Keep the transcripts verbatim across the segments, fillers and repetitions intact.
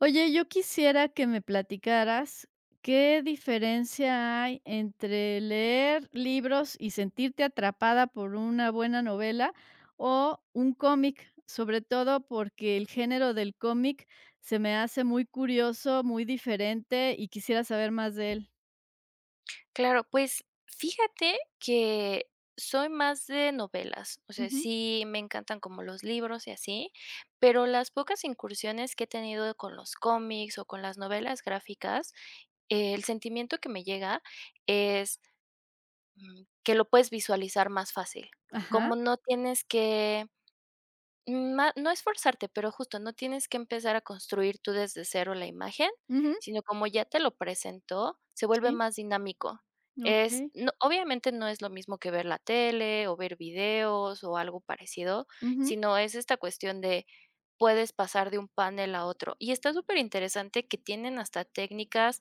Oye, yo quisiera que me platicaras qué diferencia hay entre leer libros y sentirte atrapada por una buena novela o un cómic, sobre todo porque el género del cómic se me hace muy curioso, muy diferente y quisiera saber más de él. Claro, pues fíjate que soy más de novelas, o sea, Ujú. sí me encantan como los libros y así, pero las pocas incursiones que he tenido con los cómics o con las novelas gráficas, eh, el sentimiento que me llega es, mm, que lo puedes visualizar más fácil. Ajá. Como no tienes que Mm, ma no es forzarte, pero justo no tienes que empezar a construir tú desde cero la imagen, Ujú. sino como ya te lo presentó, se vuelve Sí, más dinámico. Es okey. no, obviamente no es lo mismo que ver la tele o ver videos o algo parecido, Ujú, sino es esta cuestión de puedes pasar de un panel a otro. Y está súper interesante que tienen hasta técnicas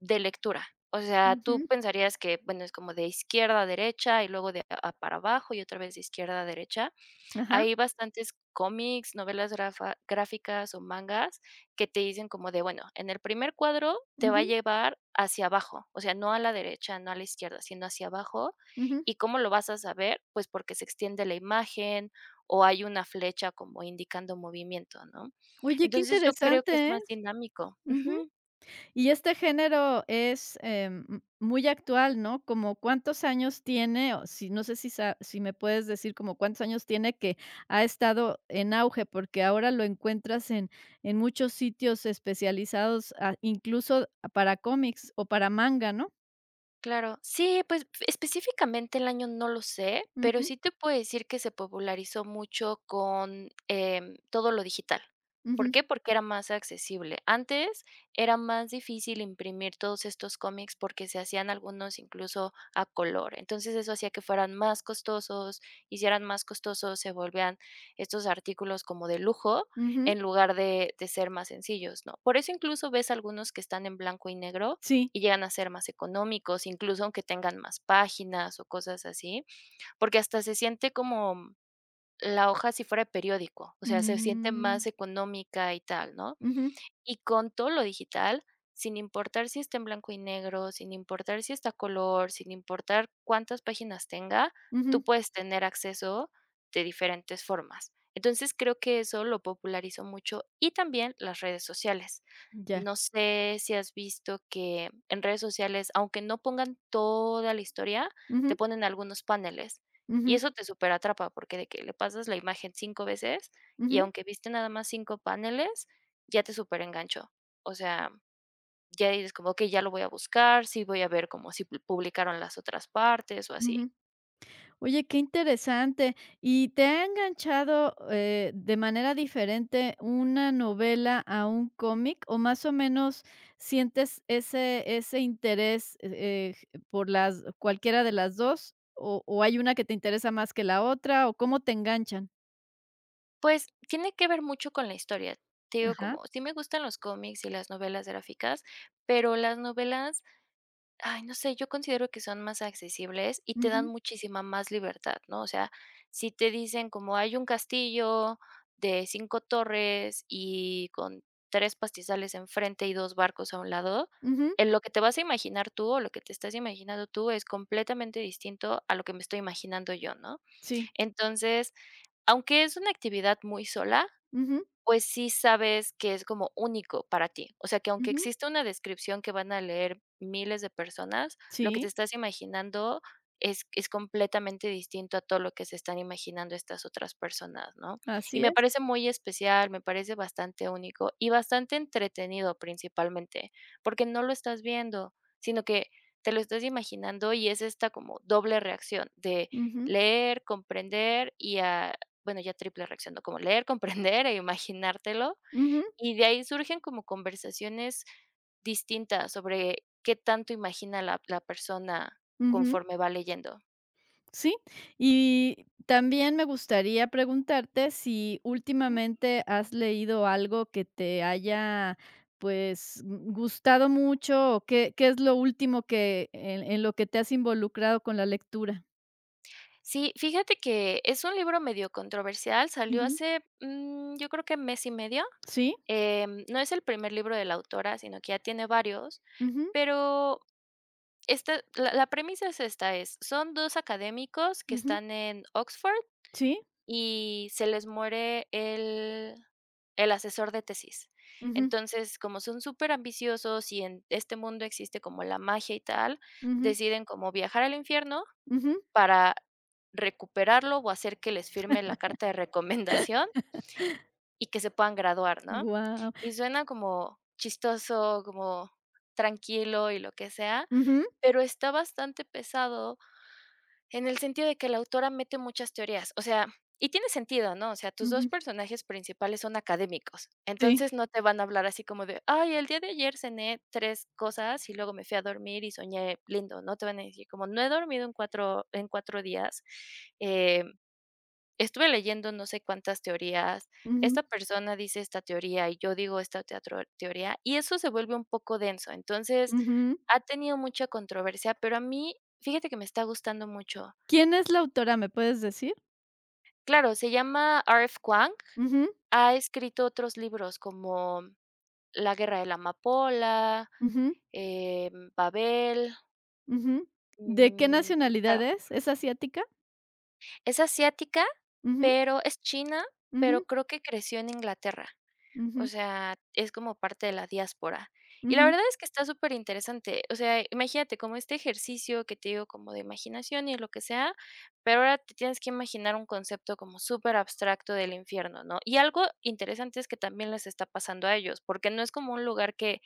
de lectura. O sea, tú ujú. pensarías que, bueno, es como de izquierda a derecha y luego de a para abajo y otra vez de izquierda a derecha, Ajá. hay bastantes cómics, novelas grafa- gráficas o mangas que te dicen como de, bueno, en el primer cuadro te va a Ujú, llevar hacia abajo, o sea, no a la derecha, no a la izquierda, sino hacia abajo. ujú. ¿Y cómo lo vas a saber? Pues porque se extiende la imagen o hay una flecha como indicando movimiento, ¿no? Oye, qué Entonces yo creo que es interesante, ¿eh? más dinámico. Ujú. Ujú. Y este género es, em, m muy actual, ¿no? Como, ¿cuántos años tiene? O si no sé si sa si me puedes decir como cuántos años tiene que ha estado en auge, porque ahora lo encuentras en en muchos sitios especializados, ah, incluso para cómics o para manga, ¿no? Claro. Sí, pues, específicamente el año no lo sé, pero Ujú, sí te puedo decir que se popularizó mucho con, em, todo lo digital. ujú, ¿Por qué? Porque era más accesible. Antes era más difícil imprimir todos estos cómics porque se hacían algunos incluso a color. Entonces, eso hacía que fueran más costosos, hicieran más costosos, se volvían estos artículos como de lujo, ujú. en lugar de de ser más sencillos, ¿no? Por eso incluso ves algunos que están en blanco y negro, Sí. y llegan a ser más económicos, incluso aunque tengan más páginas o cosas así, porque hasta se siente como mm, la hoja si fuera de periódico, o sea, se siente Mm. más económica y tal, ¿no? Ujú, Y con todo lo digital, sin importar si está en blanco y negro, sin importar si está a color, sin importar cuántas páginas tenga, tú ujú. puedes tener acceso de diferentes formas. Entonces, creo que eso lo popularizó mucho y también las redes sociales. Ya. No sé si has visto que en redes sociales, aunque no pongan toda la historia, te Ujú, ponen algunos paneles y ujú, eso te superatrapa porque de que le pasas la imagen cinco veces y ujú, aunque viste nada más cinco paneles, ya te superenganchó. O sea, ya dices como, okey, ya lo voy a buscar, sí voy a ver como si pu publicaron las otras partes o así. ujú. Oye, qué interesante. ¿Y te ha enganchado, eh, de manera diferente una novela a un cómic, o más o menos sientes ese ese interés, eh, eh, por las cualquiera de las dos o o hay una que te interesa más que la otra, o cómo te enganchan? Pues, tiene que ver mucho con la historia. Te digo, Ajá. como sí me gustan los cómics y las novelas gráficas, pero las novelas ay, no sé, yo considero que son más accesibles y te dan Ujú, muchísima más libertad, ¿no? O sea, si te dicen como hay un castillo de cinco torres y con tres pastizales enfrente y dos barcos a un lado, ujú, en lo que te vas a imaginar tú o lo que te estás imaginando tú es completamente distinto a lo que me estoy imaginando yo, ¿no? sí. Entonces, aunque es una actividad muy sola, Ujú, pues sí sabes que es como único para ti. O sea, que aunque ujú, existe una descripción que van a leer miles de personas, lo que te sí, estás imaginando es es completamente distinto a todo lo que se están imaginando estas otras personas, ¿no? Y así me es. parece muy especial, me parece bastante único y bastante entretenido principalmente, porque no lo estás viendo, sino que te lo estás imaginando y es esta como doble reacción de Ujú, leer, comprender y a bueno, ya triple reacción, ¿no? Como leer, comprender e imaginártelo. ujú, Y de ahí surgen como conversaciones distintas sobre qué tanto imagina la la persona ujú. conforme va leyendo. Sí, y también me gustaría preguntarte si Ujú. últimamente has leído algo que te haya, pues, gu- gustado mucho o qué, qué es lo último que en, en lo que te has involucrado con la lectura. Sí, fíjate que es un libro medio controversial, salió Ujú, hace, mm, yo creo que mes y medio. Sí, Em, no es el primer libro de la autora, sino que ya tiene varios, ujú, pero esta la la premisa es esta, es son dos académicos que ujú, están en Oxford sí, y se les muere el el asesor de tesis. ujú, Entonces, como son súper ambiciosos y en este mundo existe como la magia y tal, ujú, deciden como viajar al infierno ujú, para recuperarlo o hacer que les firme la carta de recomendación y que se puedan graduar, ¿no? guau, Y suena como chistoso, como tranquilo y lo que sea, ujú, pero está bastante pesado en el sentido de que la autora mete muchas teorías, o sea, y tiene sentido, ¿no? O sea, tus dos ujú, personajes principales son académicos, sí, entonces no te van a hablar así como de: "Ay, el día de ayer cené tres cosas y luego me fui a dormir y soñé lindo", ¿no? Te van a decir como: "No he dormido en cuatro en cuatro días, eh, estuve leyendo no sé cuántas teorías, ujú, esta persona dice esta teoría y yo digo esta teatro teoría", y eso se vuelve un poco denso. Entonces, ujú. ha tenido mucha controversia, pero a mí, fíjate que me está gustando mucho. ¿Quién es la autora? ¿Me puedes decir? Claro, se llama R F. Kuang. Ujú, Ha escrito otros libros como La guerra de la amapola, ujú, em, Babel, ujú. ¿De qué mm, nacionalidad claro, es? ¿Es asiática? es asiática, pero es china, Ujú, pero creo que creció en Inglaterra. O ujú, sea, es como parte de la diáspora. Y la ujú, verdad es que está súper interesante. O sea, imagínate como este ejercicio que te digo como de imaginación y lo que sea, pero ahora te tienes que imaginar un concepto como súper abstracto del infierno, ¿no? Y algo interesante es que también les está pasando a ellos, porque no es como un lugar que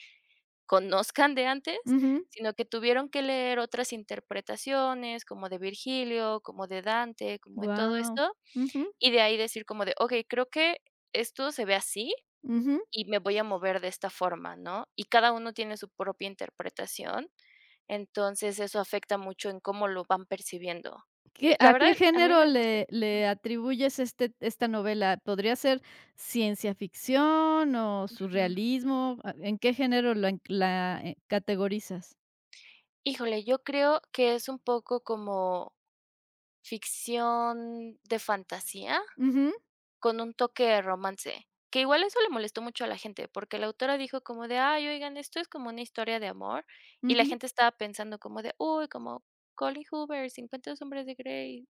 conozcan de antes, ujú. sino que tuvieron que leer otras interpretaciones, como de Virgilio, como de Dante, como de todo Guau. esto, Ujú, y de ahí decir como de, okey, creo que esto se ve así ujú. y me voy a mover de esta forma, ¿no? Y cada uno tiene su propia interpretación, entonces eso afecta mucho en cómo lo van percibiendo. Eh, ¿Qué la a verdad, qué a mí género me gusta. le le atribuyes este esta novela? ¿Podría ser ciencia ficción o Ujú. surrealismo? Ah, ¿en qué género la enc la, eh, categorizas? Híjole, yo creo que es un poco como ficción de fantasía Ujú, con un toque de romance, que igual eso le molestó mucho a la gente, porque la autora dijo como de: "Ay, oigan, esto es como una historia de amor", y la ujú, gente estaba pensando como de: "Uy, como Colin Hoover, cincuenta sombras de Grey".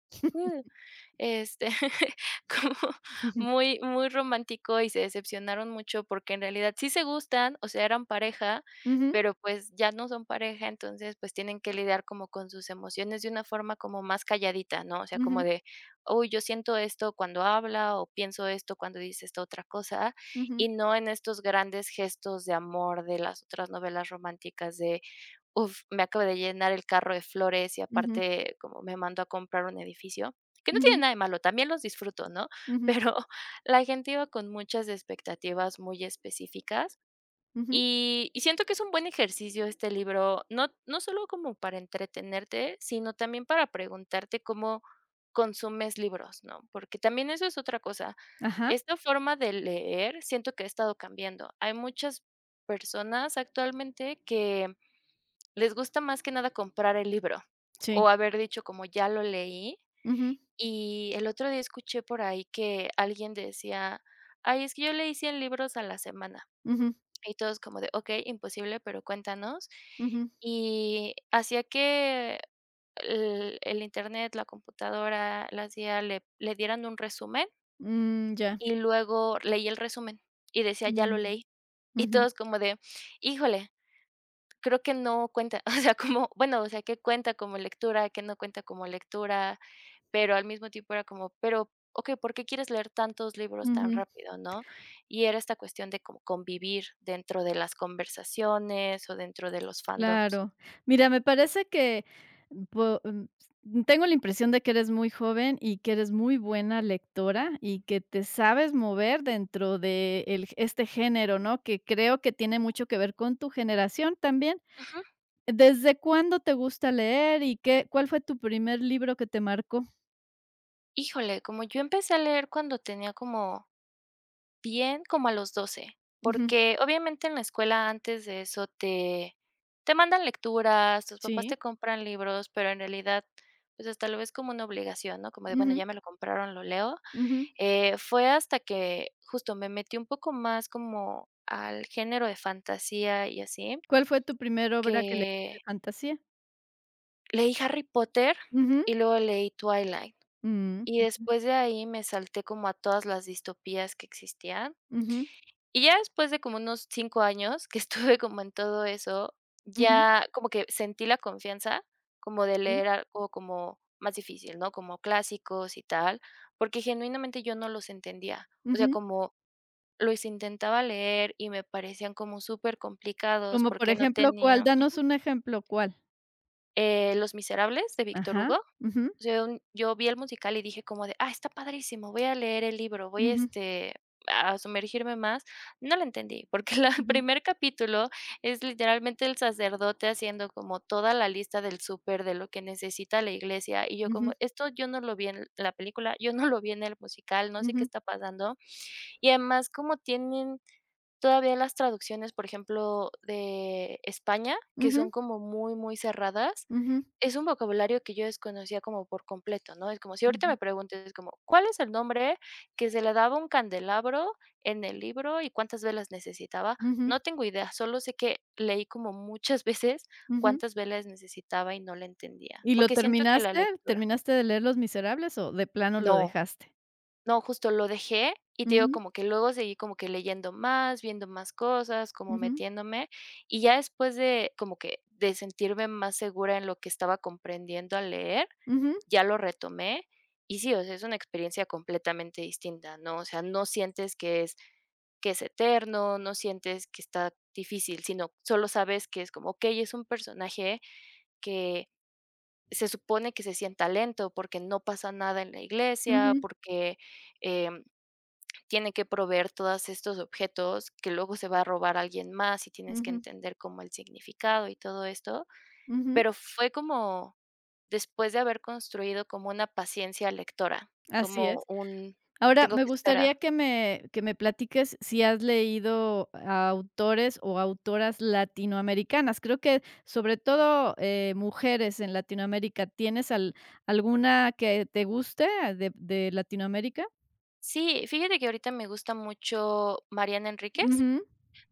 Este, como ujú, muy, muy romántico y se decepcionaron mucho porque en realidad sí se gustan, o sea, eran pareja, ujú, pero pues ya no son pareja, entonces pues tienen que lidiar como con sus emociones de una forma como más calladita, ¿no? O sea, como ujú, de, uy, yo siento esto cuando habla o pienso esto cuando dice esta otra cosa ujú, y no en estos grandes gestos de amor de las otras novelas románticas de uf, me acabo de llenar el carro de flores y ujú, aparte como me mandó a comprar un edificio, que no tiene ujú, nada de malo, también los disfruto, ¿no? ujú, Pero la gente iba con muchas expectativas muy específicas ujú. y, y siento que es un buen ejercicio este libro, no, no solo como para entretenerte, sino también para preguntarte cómo consumes libros, ¿no? Porque también eso es otra cosa. Ajá, Esta forma de leer siento que ha estado cambiando. Hay muchas personas actualmente que les gusta más que nada comprar el libro, o sí. haber dicho como: "Ya lo leí". Ujú, Y el otro día escuché por ahí que alguien decía: "Ay, es que yo leí cien libros a la semana". ujú, Y todos como de: ok imposible, pero cuéntanos". ujú. Y hacía que el el Internet, la computadora, la I A le le dieran un resumen, Mm, ya. y luego leí el resumen, y decía: "Ya lo Mm, leí". Y ujú, todos como de: "Híjole, creo que no cuenta, o sea, como, bueno, o sea, que cuenta como lectura, que no cuenta como lectura, pero al mismo tiempo era como, pero, okey, ¿por qué quieres leer tantos libros tan ujú. rápido, no? Y era esta cuestión de como convivir dentro de las conversaciones o dentro de los fandoms. Claro. Mira, me parece que po mm, tengo la impresión de que eres muy joven y que eres muy buena lectora y que te sabes mover dentro de el este género, ¿no? Que creo que tiene mucho que ver con tu generación también. Ujú. ¿Desde cuándo te gusta leer y qué cuál fue tu primer libro que te marcó? Híjole, como yo empecé a leer cuando tenía como bien, como a los doce, Ujú. porque obviamente en la escuela antes de eso te te mandan lecturas, tus papás te Sí. compran libros, pero en realidad, pues, hasta lo ves como una obligación, ¿no? Como de, bueno, Ujú, ya me lo compraron, lo leo. ujú. Eh, fue hasta que justo me metí un poco más como al género de fantasía y así, ¿Cuál fue tu primera obra que leíste de que fantasía? leí Harry Potter Ujú. y luego leí Twilight, Mm. y Ujú, después de ahí me salté como a todas las distopías que existían. ujú, Y ya después de como unos cinco años que estuve como en todo eso, ujú. ya como que sentí la confianza como de Sí. leer algo como más difícil, ¿no? Como clásicos y tal, porque genuinamente yo no los entendía. O sea, Ujú. como los intentaba leer y me parecían como súper complicados Como por porque no ejemplo, ¿cuál? tenía, Danos un ejemplo, ¿cuál? eh, Los miserables de Víctor Ajá. Hugo. O Ujú, sea, un yo vi el musical y dije como de: "Ah, está padrísimo, voy a leer el libro, voy, ujú, este, a sumergirme más". No lo entendí, porque la el ujú, primer capítulo es literalmente el sacerdote haciendo como toda la lista del súper, de lo que necesita la iglesia, y yo como: ujú, "Esto yo no lo vi en la película, yo no lo vi en el musical, no sé qué ujú, está pasando". Y además, como tienen todavía las traducciones, por ejemplo, de España, que son ujú, como muy, muy cerradas, ujú, es un vocabulario que yo desconocía como por completo, ¿no? Es como si ahorita me ujú, preguntes como: "¿Cuál es el nombre que se le daba a un candelabro en el libro y cuántas velas necesitaba?". ujú, No tengo idea, solo sé que leí como muchas veces ujú. cuántas velas necesitaba y no la entendía, ¿Y lo porque siento que la terminaste? lectura ¿Terminaste de leer Los Miserables o de plano lo no. dejaste? No, justo lo dejé y te digo Ujú, como que luego seguí como que leyendo más, viendo más cosas, como ujú, metiéndome, y ya después de como que de sentirme más segura en lo que estaba comprendiendo al leer, ujú, ya lo retomé y sí, o sea, es una experiencia completamente distinta, ¿no? O sea, no sientes que es que es eterno, no sientes que está difícil, sino solo sabes que es como, okey, es un personaje que se supone que se sienta lento porque no pasa nada en la iglesia, ujú, porque, eh tiene que proveer todos estos objetos que luego se va a robar alguien más y tienes que ujú, entender como el significado y todo esto, ujú. pero fue como después de haber construido como una paciencia lectora, Así como es. un Ahora, tengo me que esperar. gustaría que me que me platiques si has leído a autores o autoras latinoamericanas. Creo que, sobre todo, eh, mujeres en Latinoamérica, ¿tienes al alguna que te guste de de Latinoamérica? Sí, fíjate que ahorita me gusta mucho Mariana Enríquez, Ujú,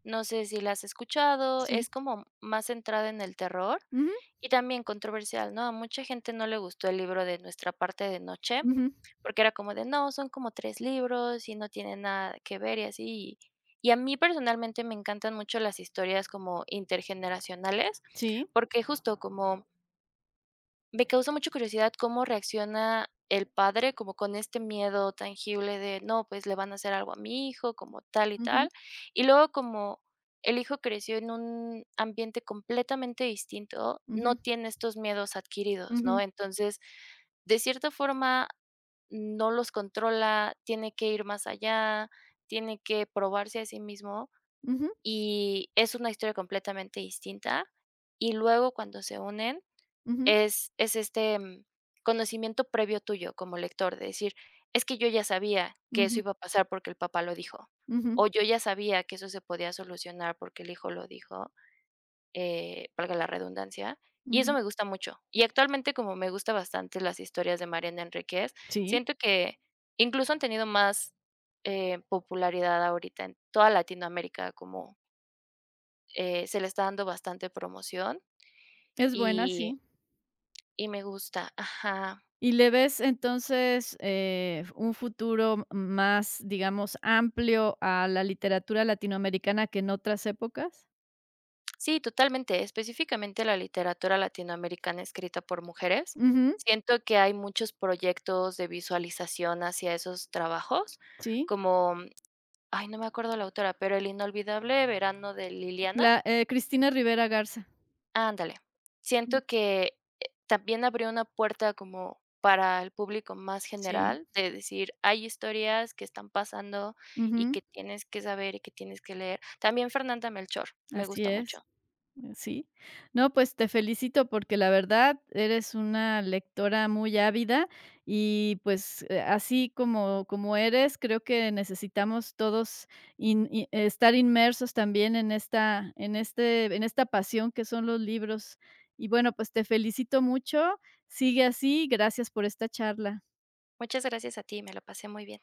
no sé si la has escuchado, sí. es como más centrada en el terror Ujú, y también controversial, ¿no? A mucha gente no le gustó el libro de Nuestra parte de noche, ujú, porque era como de: "No, son como tres libros y no tienen nada que ver", y así. Y a mí personalmente me encantan mucho las historias como intergeneracionales, sí. porque justo como me causa mucha curiosidad cómo reacciona el padre, como con este miedo tangible de, no, pues le van a hacer algo a mi hijo, como tal y tal. Ujú, Y luego como el hijo creció en un ambiente completamente distinto, no ujú, tiene estos miedos adquiridos, ¿no? ujú, Entonces, de cierta forma, no los controla, tiene que ir más allá, tiene que probarse a sí mismo ujú, y es una historia completamente distinta. Y luego cuando se unen, ujú, es es este, mm, conocimiento previo tuyo como lector, de decir: "Es que yo ya sabía que eso ujú, iba a pasar porque el papá lo dijo", ujú, o "Yo ya sabía que eso se podía solucionar porque el hijo lo dijo", eh, valga la redundancia, y eso ujú. me gusta mucho. Y actualmente, como me gusta bastante las historias de Mariana Enríquez, Sí, siento que incluso han tenido más, eh, popularidad ahorita en toda Latinoamérica, como, eh, se le está dando bastante promoción es buena, y sí. y me gusta. Ajá. ¿Y le ves entonces, eh, un futuro más, digamos, amplio a la literatura latinoamericana que en otras épocas? Sí, totalmente. Específicamente la literatura latinoamericana escrita por mujeres. Ujú, Siento que hay muchos proyectos de visualización hacia esos trabajos, sí, como, mm, ay, no me acuerdo la autora, pero El inolvidable verano de Liliana. la, eh, Cristina Rivera Garza, Ándale. mm, Siento que eh, también abrió una puerta como para el público más sí, general, de decir, hay historias que están pasando y ujú, que tienes que saber y que tienes que leer. También Fernanda Melchor, me así gusta es. mucho. Sí. No, pues te felicito porque la verdad eres una lectora muy ávida y pues eh, así como, como eres, creo que necesitamos todos in- i- estar inmersos también en esta, en este, en esta pasión que son los libros. Y bueno, pues te felicito mucho. Sigue así. Gracias por esta charla. Muchas gracias a ti, me la pasé muy bien.